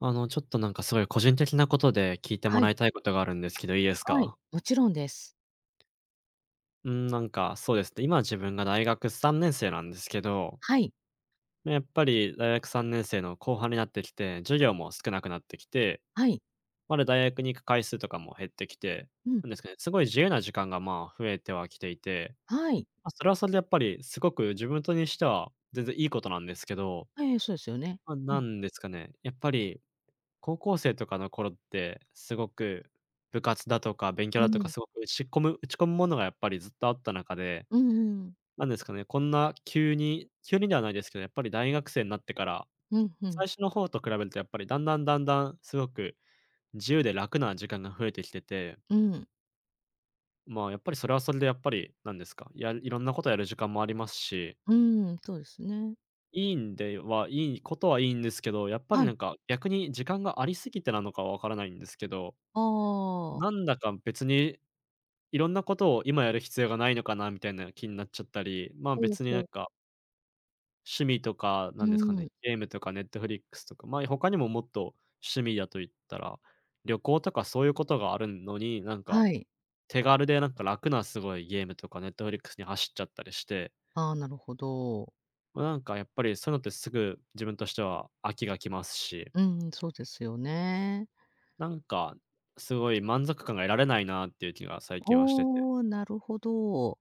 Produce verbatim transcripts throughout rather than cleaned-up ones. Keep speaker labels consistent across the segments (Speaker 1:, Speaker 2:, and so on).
Speaker 1: あの、ちょっとなんかすごい個人的なことで聞いても
Speaker 2: は
Speaker 1: ら
Speaker 2: い、
Speaker 1: いたいことがあるんですけど、いいです
Speaker 2: はい、
Speaker 1: か？
Speaker 2: もちろんです。
Speaker 1: うん、なんかそうですね、今自分が大学さんねん生なんですけど、
Speaker 2: はい、
Speaker 1: ね、やっぱり大学さんねん生の後半になってきて、授業も少なくなってきて、
Speaker 2: はい、
Speaker 1: まだ大学に行く回数とかも減ってきて、
Speaker 2: うん、
Speaker 1: なんですかね、すごい自由な時間が、まあ、増えてはきていて、
Speaker 2: はい。
Speaker 1: まあ、それはそれでやっぱりすごく自分とにしては全然いいことなんですけど、
Speaker 2: ええ、そうですよね。
Speaker 1: まあ、
Speaker 2: う
Speaker 1: な
Speaker 2: ん、
Speaker 1: んですかね、やっぱり高校生とかの頃って、すごく部活だとか勉強
Speaker 2: う
Speaker 1: だとか、
Speaker 2: ん、
Speaker 1: すごく打ち込む打ち込むものがやっぱりずっとあった中で、
Speaker 2: うんうん、
Speaker 1: なんですかね、こんな急に急にではないですけど、やっぱり大学生になってから、
Speaker 2: うんう
Speaker 1: 最
Speaker 2: ん、
Speaker 1: 初の方と比べるとやっぱりだんだんだんだんすごく自由で楽な時間が増えてきてて、
Speaker 2: うん、うん、
Speaker 1: まあ、やっぱりそれはそれでやっぱり、なんですか、やいろんなことやる時間もありますし、
Speaker 2: そうですね。
Speaker 1: いいんではいいことはいいんですけど、やっぱり
Speaker 2: はい。
Speaker 1: なんか逆に時間がありすぎてなのかはわからないんですけど、
Speaker 2: ああ、
Speaker 1: なんだか別にいろんなことを今やる必要がないのかなみたいな気になっちゃったり、まあ、
Speaker 2: ほう
Speaker 1: 別にな
Speaker 2: ほ
Speaker 1: ん
Speaker 2: う、
Speaker 1: か、趣味とか、
Speaker 2: う
Speaker 1: なんですかね、
Speaker 2: ん、
Speaker 1: ゲームとか Netflix とか、まあ、他にももっと趣味だと言ったら、旅行とかそういうことがあるのに、なんか、
Speaker 2: はい。
Speaker 1: 手軽でなんか楽なすごいゲームとか Netflix に走っちゃったりして、
Speaker 2: ああ、なるほど。
Speaker 1: ま、なんかやっぱりそういうのってすぐ自分としては飽きがきますし、
Speaker 2: うん、そうですよね。
Speaker 1: なんか、すごい満足感が得られないなっていう気が最近はしてて。
Speaker 2: おお、なるほど。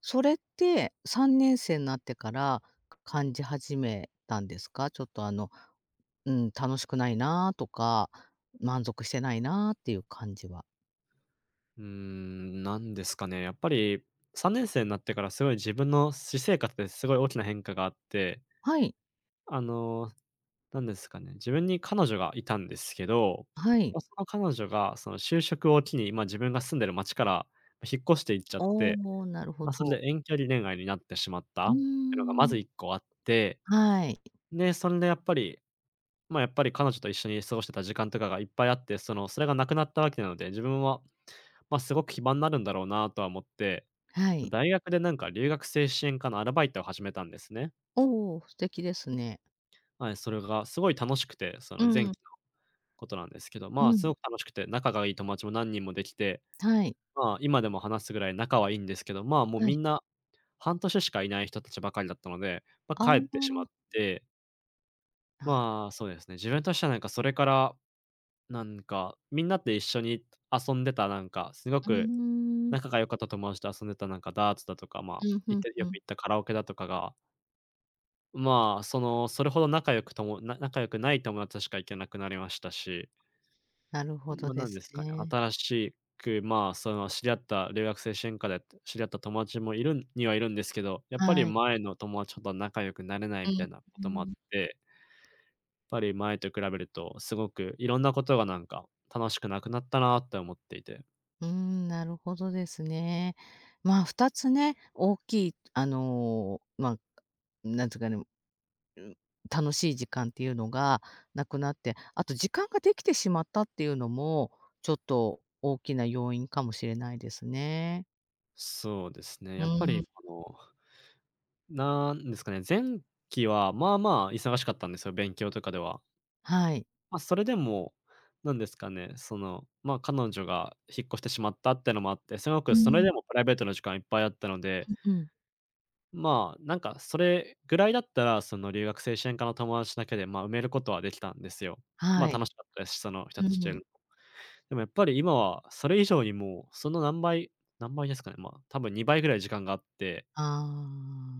Speaker 2: それってさんねん生になってから感じ始めたんですか？ちょっとあの、うん、楽しくないなとか、満足してないなっていう感じは、
Speaker 1: うーん、なんですかね、やっぱりさんねん生になってからすごい自分の私生活ですごい大きな変化があって、
Speaker 2: はい、
Speaker 1: あの、なんですかね、自分に彼女がいたんですけど、
Speaker 2: はい。
Speaker 1: ま、その彼女がその就職を機に、まあ、自分が住んでる町から引っ越していっちゃっ
Speaker 2: お
Speaker 1: て、
Speaker 2: お、なるほ
Speaker 1: まあ、それ
Speaker 2: ど。
Speaker 1: で遠距離恋愛になってしまっ
Speaker 2: う
Speaker 1: た
Speaker 2: ー
Speaker 1: っていうのがまず
Speaker 2: ん。
Speaker 1: いっこあって、
Speaker 2: はい、
Speaker 1: で、それでやっぱり、まあ、やっぱり彼女と一緒に過ごしてた時間とかがいっぱいあって、その、それがなくなったわけなので、自分は、まあ、すごく暇になるんだろうなとは思って
Speaker 2: はい。
Speaker 1: 大学でなんか留学生支援課のアルバイトを始めたんですね。
Speaker 2: おお、素敵ですね。
Speaker 1: はい、それがすごい楽しくて、そ
Speaker 2: う
Speaker 1: の前期の
Speaker 2: ん、
Speaker 1: ことなんですけど、まあ、
Speaker 2: う
Speaker 1: す
Speaker 2: ん、
Speaker 1: ごく楽しくて、仲がいい友達も何人もできて、
Speaker 2: はい、
Speaker 1: まあ、今でも話すぐらい仲はいいんですけど、まあ、もう
Speaker 2: は
Speaker 1: み
Speaker 2: い。
Speaker 1: んな半年しかいない人たちばかりだったので、ま
Speaker 2: あ
Speaker 1: あ、
Speaker 2: あ、
Speaker 1: 帰ってしまっ
Speaker 2: な
Speaker 1: て、
Speaker 2: る
Speaker 1: まあ、そうですね、自分としてはなんかそれから、なんか、みんなって一緒に遊んでたなんか、すご
Speaker 2: う
Speaker 1: く
Speaker 2: ーん、
Speaker 1: 仲が良かった友達と遊んでたなんかダーツだとか、まあ、
Speaker 2: うん、ふ
Speaker 1: 行っ
Speaker 2: ん
Speaker 1: てよ
Speaker 2: ふ
Speaker 1: く
Speaker 2: ん。
Speaker 1: 行ったカラオケだとかが、まあ、その、それほど仲良くともな仲良くない友達しか行けなくなりましたし、
Speaker 2: なるほど
Speaker 1: まあ、
Speaker 2: で
Speaker 1: なん
Speaker 2: す
Speaker 1: ですかね、
Speaker 2: ね。
Speaker 1: 新しく、まあ、その、知り合った留学生支援課で知り合った友達もいるんにはいるんですけど、やっぱり
Speaker 2: はい。
Speaker 1: 前の友達ほど仲良くなれない
Speaker 2: う
Speaker 1: みた
Speaker 2: ん、
Speaker 1: いなこともあっ
Speaker 2: うーん。
Speaker 1: て、やっぱり前と比べるとすごくいろんなことがなんか楽しくなくなったなって思っていて。
Speaker 2: うん、なるほどですね。まあ、ふたつね、大きいあの、まあ、なんつうかね、楽しい時間っていうのがなくなって、あと時間ができてしまったっていうのも、ちょっと大きな要因かもしれないですね。
Speaker 1: そうですね、
Speaker 2: う
Speaker 1: や
Speaker 2: ー
Speaker 1: っぱり
Speaker 2: ん、
Speaker 1: この、なんですかね、前期はまあまあ忙しかったんですよ、勉強とかでは。
Speaker 2: はい。
Speaker 1: まあ、それでも、なんですかね、その、まあ、彼女が引っ越してしまったってのもあって、すごく
Speaker 2: う
Speaker 1: それ
Speaker 2: ん。
Speaker 1: でもプライベートの時間いっぱいあったので、
Speaker 2: うん、
Speaker 1: まあ、なんかそれぐらいだったら、その留学生支援課の友達だけで、まあ、埋めることはできたんですよ。まあ、
Speaker 2: はい。
Speaker 1: 楽しかったですし、その人
Speaker 2: う
Speaker 1: たちといる
Speaker 2: ん、
Speaker 1: のでもやっぱり今はそれ以上にもう、その何倍何倍ですかね、まあ、多分にばいぐらい時間があって
Speaker 2: あ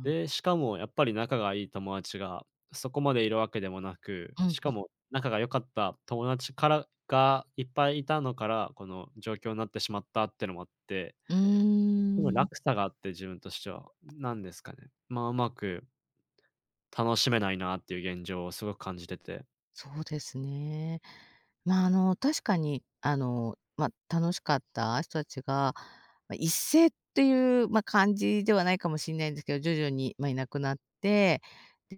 Speaker 1: で、しかもやっぱり仲がいい友達がそこまでいるわけでもなく、
Speaker 2: あ、うん、
Speaker 1: しかも仲が良かった友達からがいっぱいいたのから、この状況になってしまったってのもあって、
Speaker 2: うー
Speaker 1: すごい
Speaker 2: ん。
Speaker 1: 落差があって自分としては、なんですかね、まあ、うまく楽しめないなっていう現状をすごく感じてて、
Speaker 2: そうですね。まあ、あの、確かに、あの、まあ、楽しかった人たちが、まあ、一斉っていう、まあ、感じではないかもしれないんですけど、徐々に、まあ、いなくなって、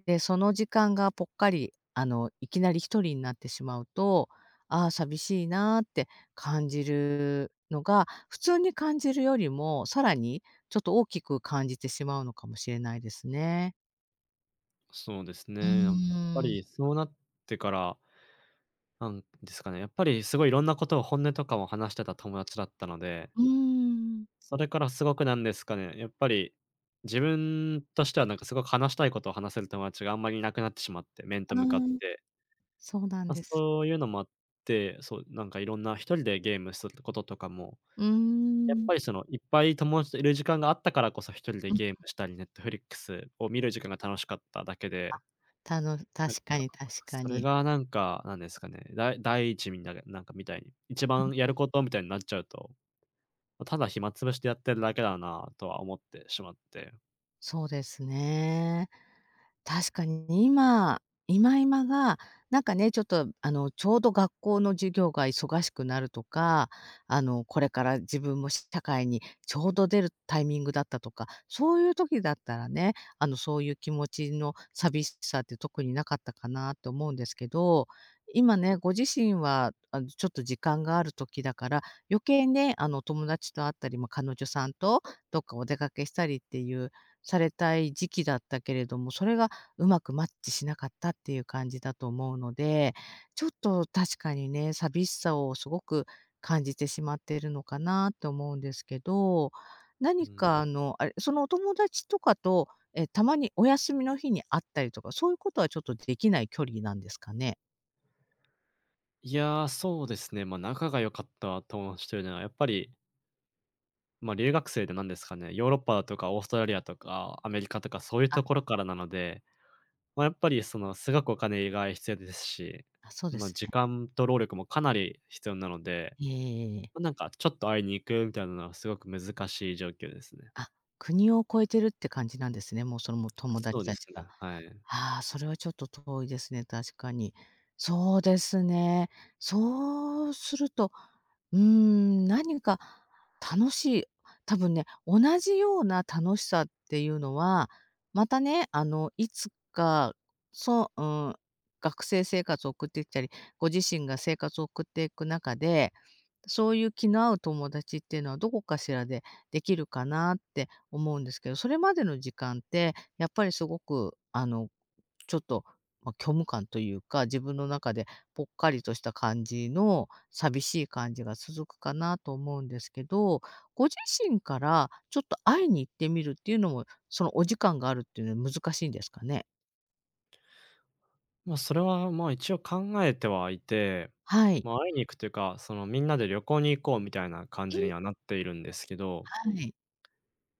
Speaker 2: で、その時間がぽっかり、あの、いきなり一人になってしまうと、ああ、寂しいなって感じるのが、普通に感じるよりも、さらにちょっと大きく感じてしまうのかもしれないですね。
Speaker 1: そうです
Speaker 2: う
Speaker 1: ね、なんかやっぱ
Speaker 2: ーん。
Speaker 1: りそうなってから、なんですかね、やっぱりすごいいろんなことを本音とかも話してた友達だったので、
Speaker 2: うーん。
Speaker 1: それからすごくなんですかね、やっぱり、自分としてはなんかすごく話したいことを話せる友達があんまりいなくなってしまって、面
Speaker 2: あ
Speaker 1: と
Speaker 2: あ。
Speaker 1: 向かって。
Speaker 2: そうなん
Speaker 1: まあ、
Speaker 2: です。
Speaker 1: そういうのもあって、そう、なんかいろんな一人でゲームすることとかも、
Speaker 2: うー
Speaker 1: やっ
Speaker 2: ん。
Speaker 1: ぱりそのいっぱい友達といる時間があったからこそ一人で
Speaker 2: うん、
Speaker 1: ゲームしたり、Netflix を見る時間が楽しかっただけで、
Speaker 2: たの
Speaker 1: なん
Speaker 2: 確か
Speaker 1: か、
Speaker 2: に確か
Speaker 1: それ
Speaker 2: に。
Speaker 1: がなんか、なんですかね、だい第一みんながなんかみたいに、一
Speaker 2: う
Speaker 1: 番
Speaker 2: ん、
Speaker 1: やることみたいになっちゃうと、ただ暇つぶしでやってるだけだなとは思ってしまって。
Speaker 2: そうですね。確かに今今今が、なんかね、ちょっと、あの、ちょうど学校の授業が忙しくなるとか、あの、これから自分も社会にちょうど出るタイミングだったとか、そういう時だったらね、あの、そういう気持ちの寂しさって特になかったかなと思うんですけど、今ね、ご自身は、あの、ちょっと時間がある時だから、余計ね、あの、友達と会ったり、まあ、彼女さんとどっかお出かけしたりっていう、されたい時期だったけれども、それがうまくマッチしなかったっていう感じだと思うので、ちょっと確かにね、寂しさをすごく感じてしまっているのかなと思うんですけど、
Speaker 1: う
Speaker 2: 何
Speaker 1: ん。
Speaker 2: かあの、あれ、そのお友達とかと、え、たまにお休みの日に会ったりとか、そういうことはちょっとできない距離なんですかね？
Speaker 1: いやー、そうですね。まあ、仲が良かった友達というのは、やっぱり、まあ、留学生でなんですかね、ヨーロッパとかオーストラリアとかアメリカとかそういう
Speaker 2: あ、
Speaker 1: ところからなので、まあ、やっぱりその、すごくお金が必要ですし、
Speaker 2: あ、そうで
Speaker 1: まあ、
Speaker 2: す
Speaker 1: 時
Speaker 2: ね。
Speaker 1: 間と労力もかなり必要なので、
Speaker 2: ええええ。
Speaker 1: まあ、なんかちょっと会いに行くみたいなのはすごく難しい状況ですね。
Speaker 2: あ、国を越えてるって感じなんですね。もう、その、もう友
Speaker 1: そう
Speaker 2: 達
Speaker 1: で
Speaker 2: た
Speaker 1: す
Speaker 2: ち
Speaker 1: ね、
Speaker 2: が。
Speaker 1: はい。
Speaker 2: ああ、それはちょっと遠いですね、確かに。そうですね。そうすると、うーん、何か楽しい、多分ね、同じような楽しさっていうのは、またね、あの、いつか、そう、うん、学生生活を送ってきたり、ご自身が生活を送っていく中で、そういう気の合う友達っていうのはどこかしらでできるかなって思うんですけど、それまでの時間って、やっぱりすごく、あの、ちょっと、まあ、虚無感というか、自分の中でぽっかりとした感じの寂しい感じが続くかなと思うんですけど、ご自身からちょっと会いに行ってみるっていうのも、そのお時間があるっていうのは難しいんですかね？
Speaker 1: まあ、それは、ま、一応考えてはいて、
Speaker 2: はい。
Speaker 1: まあ、会いに行くというか、そのみんなで旅行に行こうみたいな感
Speaker 2: う
Speaker 1: じに
Speaker 2: ん、
Speaker 1: はなっているんですけど
Speaker 2: はい。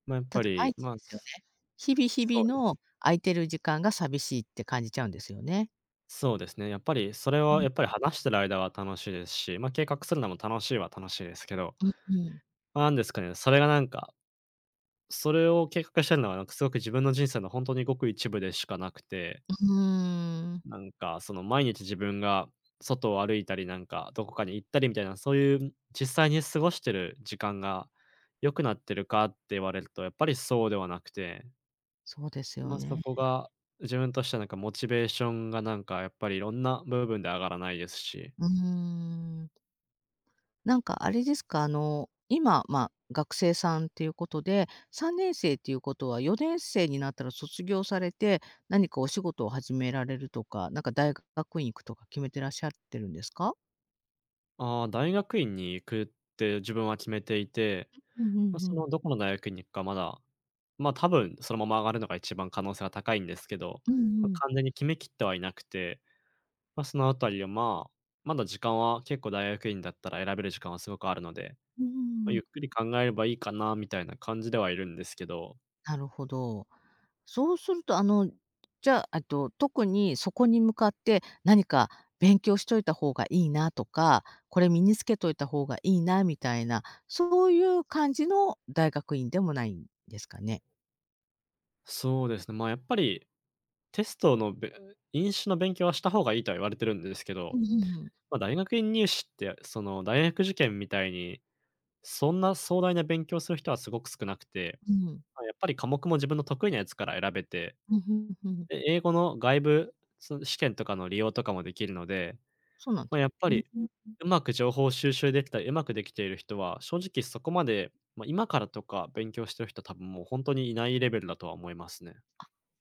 Speaker 1: まあ、やっ
Speaker 2: た
Speaker 1: ぱ
Speaker 2: だ毎
Speaker 1: り、
Speaker 2: 日
Speaker 1: ま、あ
Speaker 2: ですよね。
Speaker 1: そ
Speaker 2: 日々日
Speaker 1: そうで
Speaker 2: 々
Speaker 1: す。
Speaker 2: の空いてる時間が寂しいって感じちゃうんですよね。
Speaker 1: そうですね。やっぱりそれ
Speaker 2: う
Speaker 1: はや
Speaker 2: ん。
Speaker 1: っぱり話してる間は楽しいですし、まあ、計画するのも楽しいは楽しいですけど、
Speaker 2: うんうん。
Speaker 1: まあなんですかね、それがなんか、それを計画してるのはなんかすごく自分の人生の本当にごく一部でしかなくて、
Speaker 2: うーん。
Speaker 1: なんかその毎日自分が外を歩いたりなんかどこかに行ったりみたいな、そういう実際に過ごしてる時間が良くなってるかって言われると、やっぱりそうではなくて
Speaker 2: そうですよ
Speaker 1: まあ、そ
Speaker 2: ね。
Speaker 1: こが、自分としてはなんかモチベーションがなんかやっぱりいろんな部分で上がらないですし、
Speaker 2: うーん。なんかあれですか、あの、今、まあ、学生さんっていうことで、さんねん生っていうことはよねん生になったら卒業されて、何かお仕事を始められるとか、なんか大学院行くとか決めてらっしゃってるんですか？
Speaker 1: ああ、大学院に行くって自分は決めていて、
Speaker 2: うんう
Speaker 1: まあ、
Speaker 2: んう
Speaker 1: そ
Speaker 2: ん。
Speaker 1: のどこの大学院に行くかまだ、ま、多分そのまま上がるのが一番可能性が高いんですけど、
Speaker 2: うん
Speaker 1: ま、
Speaker 2: うん。
Speaker 1: 完全に決めきってはいなくて、まあ、そのあたりは、まあ、まだ時間は結構大学院だったら選べる時間はすごくあるので、
Speaker 2: うんう
Speaker 1: ま、
Speaker 2: んう
Speaker 1: ゆ
Speaker 2: ん。
Speaker 1: っくり考えればいいかなみたいな感じではいるんですけど、
Speaker 2: なるほど。そうすると、あの、じゃあ、あと、特にそこに向かって何か勉強しといた方がいいなとか、これ身につけといた方がいいなみたいな、そういう感じの大学院でもないんですかね？
Speaker 1: そうですね、ま、やっぱりテストのべ飲酒の勉強はした方がいいとは言われてるんですけど、
Speaker 2: うんうんうん。
Speaker 1: まあ、大学院入試って、その、大学受験みたいに、そんな壮大な勉強する人はすごく少なくて、
Speaker 2: うん。
Speaker 1: まあ、やっぱり科目も自分の得意なやつから選べて、
Speaker 2: うん、ふんふん、
Speaker 1: で、英語の外部、その、試験とかの利用とかもできるので、
Speaker 2: そうなん
Speaker 1: ま
Speaker 2: で
Speaker 1: あ、
Speaker 2: す、
Speaker 1: やっぱ
Speaker 2: うん。
Speaker 1: り、うまく情報収集できたり、うまくできている人は、正直そこまで、まあ、今からとか勉強してる人多分もう本当にいないレベルだとは思いますね。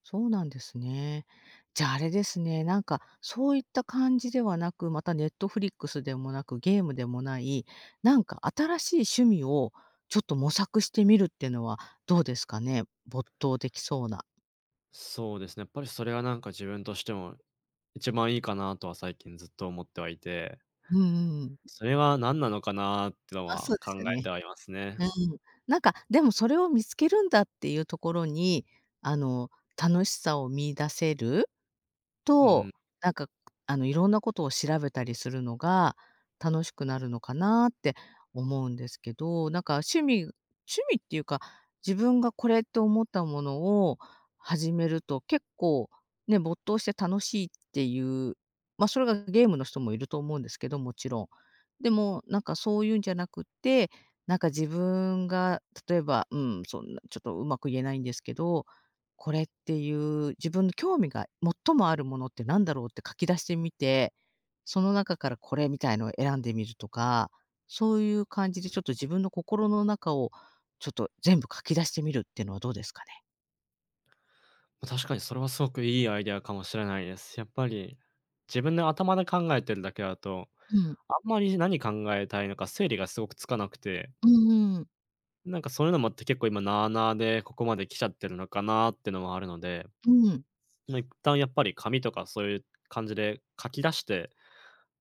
Speaker 2: そうなんですね。じゃあ、あれですね、なんか、そういった感じではなく、またネットフリックスでもなく、ゲームでもない、なんか新しい趣味をちょっと模索してみるっていうのはどうですかね？没頭できそうな。
Speaker 1: そうですね、やっぱりそれはなんか自分としても一番いいかなとは最近ずっと思ってはいて、
Speaker 2: うんうんうん。
Speaker 1: それは何なのかなっての
Speaker 2: あ、
Speaker 1: は
Speaker 2: そうで
Speaker 1: 考
Speaker 2: すよ
Speaker 1: え
Speaker 2: ね。
Speaker 1: てはいますね。
Speaker 2: うん。なんか、でもそれを見つけるんだっていうところに、あの、楽しさを見出せる
Speaker 1: うん。
Speaker 2: と、なんか、あの、いろんなことを調べたりするのが楽しくなるのかなって思うんですけど、なんか趣味趣味っていうか、自分がこれって思ったものを始めると結構ね、没頭して楽しいっていう、ま、それがゲームの人もいると思うんですけど、もちろん。でも、なんかそういうんじゃなくて、なんか自分が例えば、うん、そんなちょっとうまく言えないんですけど、これっていう自分の興味が最もあるものってなんだろうって書き出してみて、その中からこれみたいのを選んでみるとか、そういう感じでちょっと自分の心の中をちょっと全部書き出してみるっていうのはどうですかね？
Speaker 1: ま、確かにそれはすごくいいアイデアかもしれないです。やっぱり、自分の頭で考えてるだけだと、
Speaker 2: うん、
Speaker 1: あんまり何考えたいのか整理がすごくつかなくて、
Speaker 2: うんうん。
Speaker 1: なんかそういうのもあって結構今なあなあでここまで来ちゃってるのかなってのもあるので、
Speaker 2: うん、
Speaker 1: ま、一旦やっぱり紙とかそういう感じで書き出して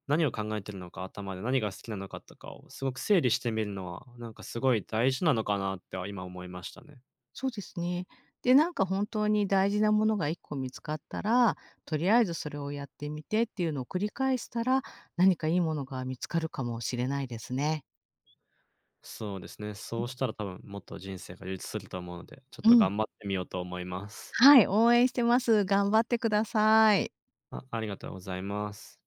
Speaker 1: 何を考えてるのか、頭で何が好きなのかとかをすごく整理してみるのは、なんかすごい大事なのかなっては今思いましたね。
Speaker 2: そうですね。で、なんか本当に大事なものがいっこ見つかったら、とりあえずそれをやってみてっていうのを繰り返したら、何かいいものが見つかるかもしれないですね。
Speaker 1: そうですね。そうしたら多分もっと人生が充実すると思うので、ちょっ
Speaker 2: う
Speaker 1: と
Speaker 2: ん。
Speaker 1: 頑張ってみようと思います。
Speaker 2: はい、応援してます。頑張ってください。
Speaker 1: あありがとうございます。